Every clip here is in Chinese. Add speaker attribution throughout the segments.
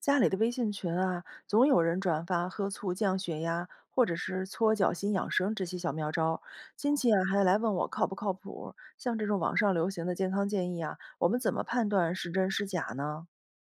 Speaker 1: 家里的微信群啊，总有人转发喝醋降血压，或者是搓脚心养生这些小妙招儿，亲戚啊，还来问我靠不靠谱儿。像这种网上流行的健康建议啊，我们怎么判断是真是假呢？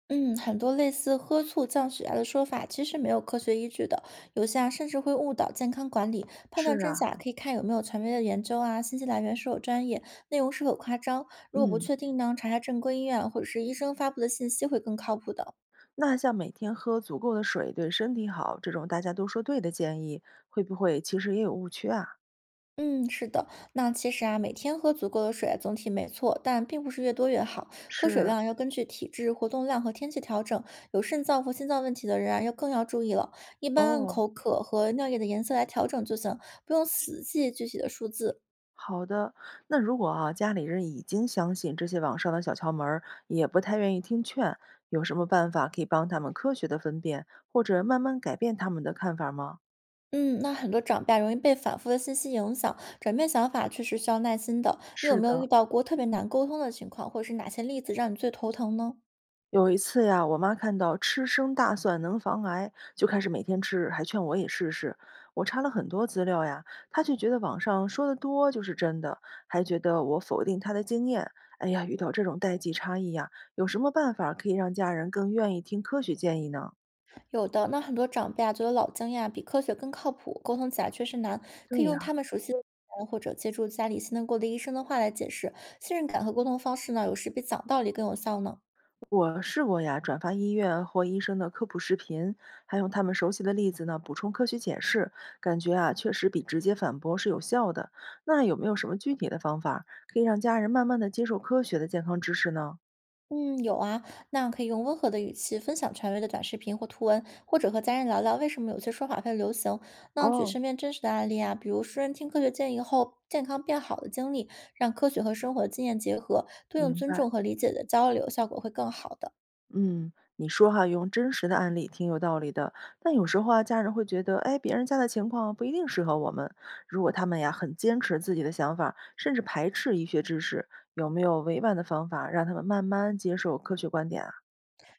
Speaker 2: 嗯，很多类似喝醋降血压的说法其实没有科学依据的，有些啊甚至会误导健康管理。判断
Speaker 1: 是
Speaker 2: 真
Speaker 1: 啊。
Speaker 2: 假可以看有没有权威的研究啊，信息来源是否专业，内容是否夸张。如果不
Speaker 1: 嗯。
Speaker 2: 确定呢，查下正规医院或者是医生发布的信息会更靠谱的。
Speaker 1: 那像每天喝足够的水对身体好这种大家都说对的建议，会不会其实也有误区啊？
Speaker 2: 嗯，是的，那其实啊，每天喝足够的水啊总体没错，但并不是越多越好。喝水
Speaker 1: 是。
Speaker 2: 量要根据体质、活动量和天气调整。有肾脏或心脏问题的人啊，要更要注意了。一般按
Speaker 1: 哦。
Speaker 2: 口渴和尿液的颜色来调整就行，不用死记具体的数字。
Speaker 1: 好的。那如果啊，家里人已经相信这些网上的小窍门儿，也不太愿意听劝，有什么办法可以帮他们科学的分辨，或者慢慢改变他们的看法吗？
Speaker 2: 嗯，那很多长辈啊容易被反复的信息影响，转变想法确实需要耐心的。你有
Speaker 1: 是
Speaker 2: 没有遇
Speaker 1: 的。
Speaker 2: 到过特别难沟通的情况，或者是哪些例子让你最头疼呢？
Speaker 1: 有一次呀，我妈看到吃生大蒜能防癌，就开始每天吃，还劝我也试试。我查了很多资料呀，她却觉得网上说的多就是真的，还觉得我否定她的经验。哎呀，遇到这种代际差异呀，有什么办法可以让家人更愿意听科学建议呢？
Speaker 2: 有的，那很多长辈啊，觉得老经验啊比科学更靠谱，沟通起来确实难，可
Speaker 1: 对
Speaker 2: 以用他
Speaker 1: 呀。
Speaker 2: 们熟悉的语言或者借助家里信得过的医生的话来解释。信任感和沟通方式呢，有时比讲道理更有效呢。
Speaker 1: 我试过呀，转发医院或医生的科普视频，还用他们熟悉的例子呢补充科学解释，感觉啊确实比直接反驳是有效的。那有没有什么具体的方法可以让家人慢慢的接受科学的健康知识呢？
Speaker 2: 嗯，有啊，那可以用温和的语气分享权威的短视频或图文，或者和家人聊聊为什么有些说法会流行。那举
Speaker 1: 哦，
Speaker 2: 身边真实的案例啊，比如熟人听科学建议后健康变好的经历，让科学和生活经验结合，多用
Speaker 1: 明
Speaker 2: 尊
Speaker 1: 白。
Speaker 2: 重和理解的交流，效果会更好的。
Speaker 1: 嗯，你说哈，用真实的案例挺有道理的，但有时候啊，家人会觉得，哎，别人家的情况不一定适合我们。如果他们呀很坚持自己的想法，甚至排斥医学知识，有没有委婉的方法让他们慢慢接受科学观点啊？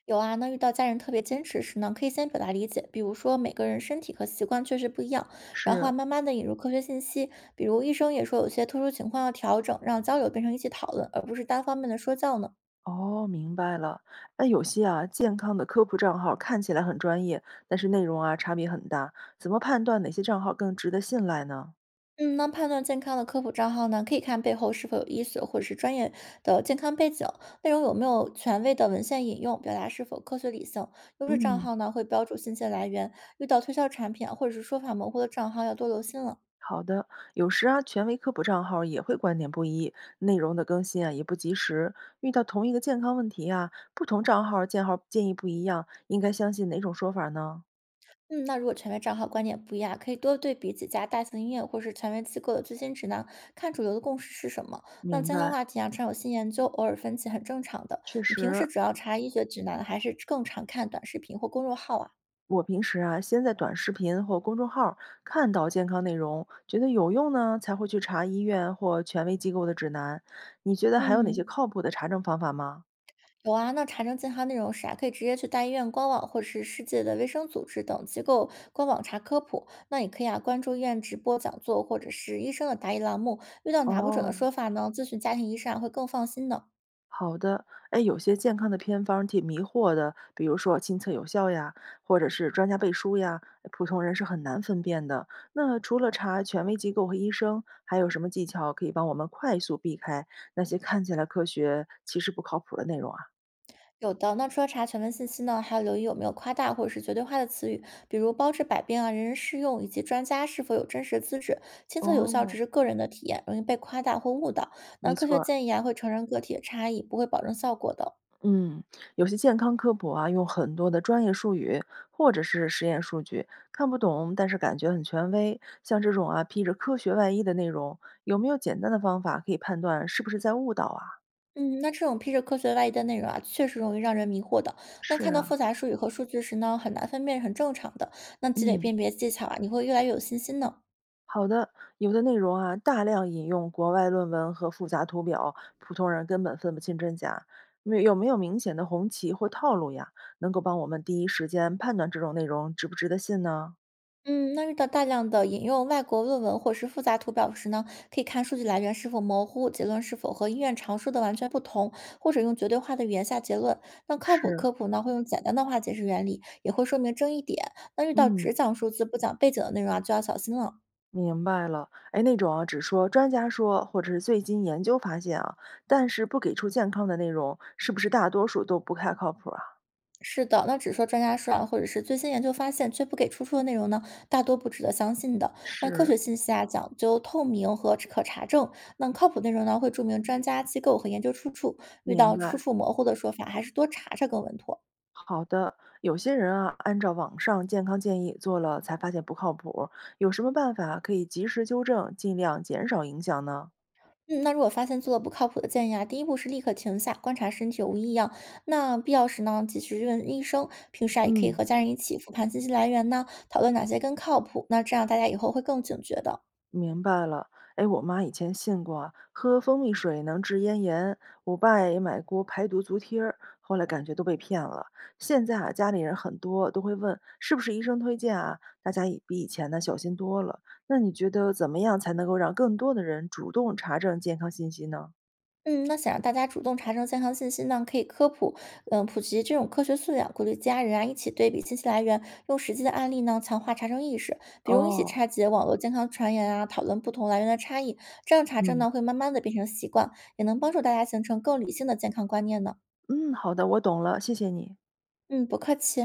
Speaker 2: 有啊，那遇到家人特别坚持时呢，可以先表达理解，比如说每个人身体和习惯确实不一样，然后
Speaker 1: 是。
Speaker 2: 啊，慢慢的引入科学信息，比如医生也说有些特殊情况要调整，让交流变成一起讨论，而不是单方面的说教呢。
Speaker 1: 哦，明白了。那有些啊，健康的科普账号看起来很专业，但是内容啊差别很大，怎么判断哪些账号更值得信赖呢？
Speaker 2: 嗯，那判断健康的科普账号呢，可以看背后是否有医学或者是专业的健康背景，内容有没有权威的文献引用，表达是否科学理性。优质账
Speaker 1: 嗯，
Speaker 2: 号呢会标注信息来源，遇到推销产品啊或者是说法模糊的账号要多留心了。
Speaker 1: 好的。有时啊，权威科普账号也会观点不一，内容的更新啊也不及时。遇到同一个健康问题啊，不同账号建号建议不一样，应该相信哪种说法呢？
Speaker 2: 嗯，那如果权威账号观点不一样，可以多对比几家大型医院或是权威机构的最新指南，看主流的共识是什么。那
Speaker 1: 明
Speaker 2: 健康
Speaker 1: 白。
Speaker 2: 话题啊，常有新研究，偶尔分歧很正常的。
Speaker 1: 确
Speaker 2: 你平
Speaker 1: 实。
Speaker 2: 时主要查医学指南，还是更常看短视频或公众号啊？
Speaker 1: 我平时啊，先在短视频或公众号儿看到健康内容，觉得有用呢，才会去查医院或权威机构的指南。你觉得还有哪些
Speaker 2: 嗯，
Speaker 1: 靠谱的查证方法吗？
Speaker 2: 有啊。那查证健康内容时啊，可以直接去大医院官网或者是世界的卫生组织等机构官网查科普。那也可以啊，关注医院直播讲座或者是医生的答疑栏目。遇到拿不准的
Speaker 1: 哦，
Speaker 2: 说法呢，咨询家庭医生啊会更放心的。
Speaker 1: 好的。哎，有些健康的偏方挺迷惑的，比如说亲测有效呀，或者是专家背书呀，普通人是很难分辨的。那除了查权威机构和医生，还有什么技巧可以帮我们快速避开那些看起来科学其实不靠谱的内容啊？
Speaker 2: 有的，那除了查全文信息呢，还要留意有没有夸大或者是绝对化的词语，比如“包治百病”啊，“人人适用”，以及专家是否有真实资质。亲测有效
Speaker 1: 哦，
Speaker 2: 只是个人的体验，容易被夸大或误导。
Speaker 1: 没
Speaker 2: 那科学
Speaker 1: 错。
Speaker 2: 建议啊，会承认个体的差异，不会保证效果的。
Speaker 1: 嗯，有些健康科普啊，用很多的专业术语或者是实验数据，看不懂，但是感觉很权威。像这种啊，披着科学外衣的内容，有没有简单的方法可以判断是不是在误导啊？
Speaker 2: 嗯，那这种披着科学外衣的内容啊，确实容易让人迷惑的。那
Speaker 1: 是
Speaker 2: 看到
Speaker 1: 啊。
Speaker 2: 复杂术语和数据时呢，很难分辨，很正常的。那积累
Speaker 1: 嗯，
Speaker 2: 辨别技巧啊，你会越来越有信心呢。
Speaker 1: 好的。有的内容啊，大量引用国外论文和复杂图表，普通人根本分不清真假。没有没有明显的红旗或套路呀？能够帮我们第一时间判断这种内容值不值得信呢？
Speaker 2: 嗯，那遇到大量的引用外国论文或是复杂图表时呢，可以看数据来源是否模糊，结论是否和医院常说的完全不同，或者用绝对化的语言下结论。那靠谱
Speaker 1: 是。
Speaker 2: 科普呢，会用简单的话解释原理，也会说明争议点。那遇到
Speaker 1: 嗯。
Speaker 2: 只讲数字不讲背景的内容啊，就要小心了。
Speaker 1: 明白了。哎，那种啊，只说专家说，或者是最近研究发现啊，但是不给出健康的内容，是不是大多数都不太靠谱啊？
Speaker 2: 是的，那只是说专家说啊，或者是最新研究发现，却不给出处的内容呢，大多不值得相信的。那科
Speaker 1: 是。
Speaker 2: 学信息啊，讲究透明和可查证。那靠谱内容呢，会注明专家、机构和研究出处。遇
Speaker 1: 明
Speaker 2: 到出
Speaker 1: 白，
Speaker 2: 处模糊的说法，还是多查查更稳妥。
Speaker 1: 好的。有些人啊，按照网上健康建议做了，才发现不靠谱，有什么办法可以及时纠正，尽量减少影响呢？
Speaker 2: 嗯，那如果发现做的不靠谱的建议啊，第一步是立刻停下，观察身体有无异样。那必要时呢，及时问医生。平时啊，也可以和
Speaker 1: 嗯，
Speaker 2: 家人一起复盘信息来源呢，讨论哪些更靠谱。那这样大家以后会更警觉的。
Speaker 1: 明白了。哎，我妈以前信过啊喝蜂蜜水能治咽炎，我爸也买过排毒足贴儿，后来感觉都被骗了。现在啊，家里人很多都会问是不是医生推荐啊，大家也比以前呢小心多了。那你觉得怎么样才能够让更多的人主动查证健康信息呢？
Speaker 2: 嗯，那想让大家主动查证健康信息呢，可以科普，普及这种科学素养，鼓励家人啊一起对比信息来源，用实际的案例呢强化查证意识，比如一起
Speaker 1: 哦。
Speaker 2: 拆解网络健康传言啊，讨论不同来源的差异，这样查证
Speaker 1: 嗯。
Speaker 2: 呢会慢慢的变成习惯，也能帮助大家形成更理性的健康观念呢。
Speaker 1: 嗯，好的，我懂了，谢谢你。
Speaker 2: 嗯，不客气。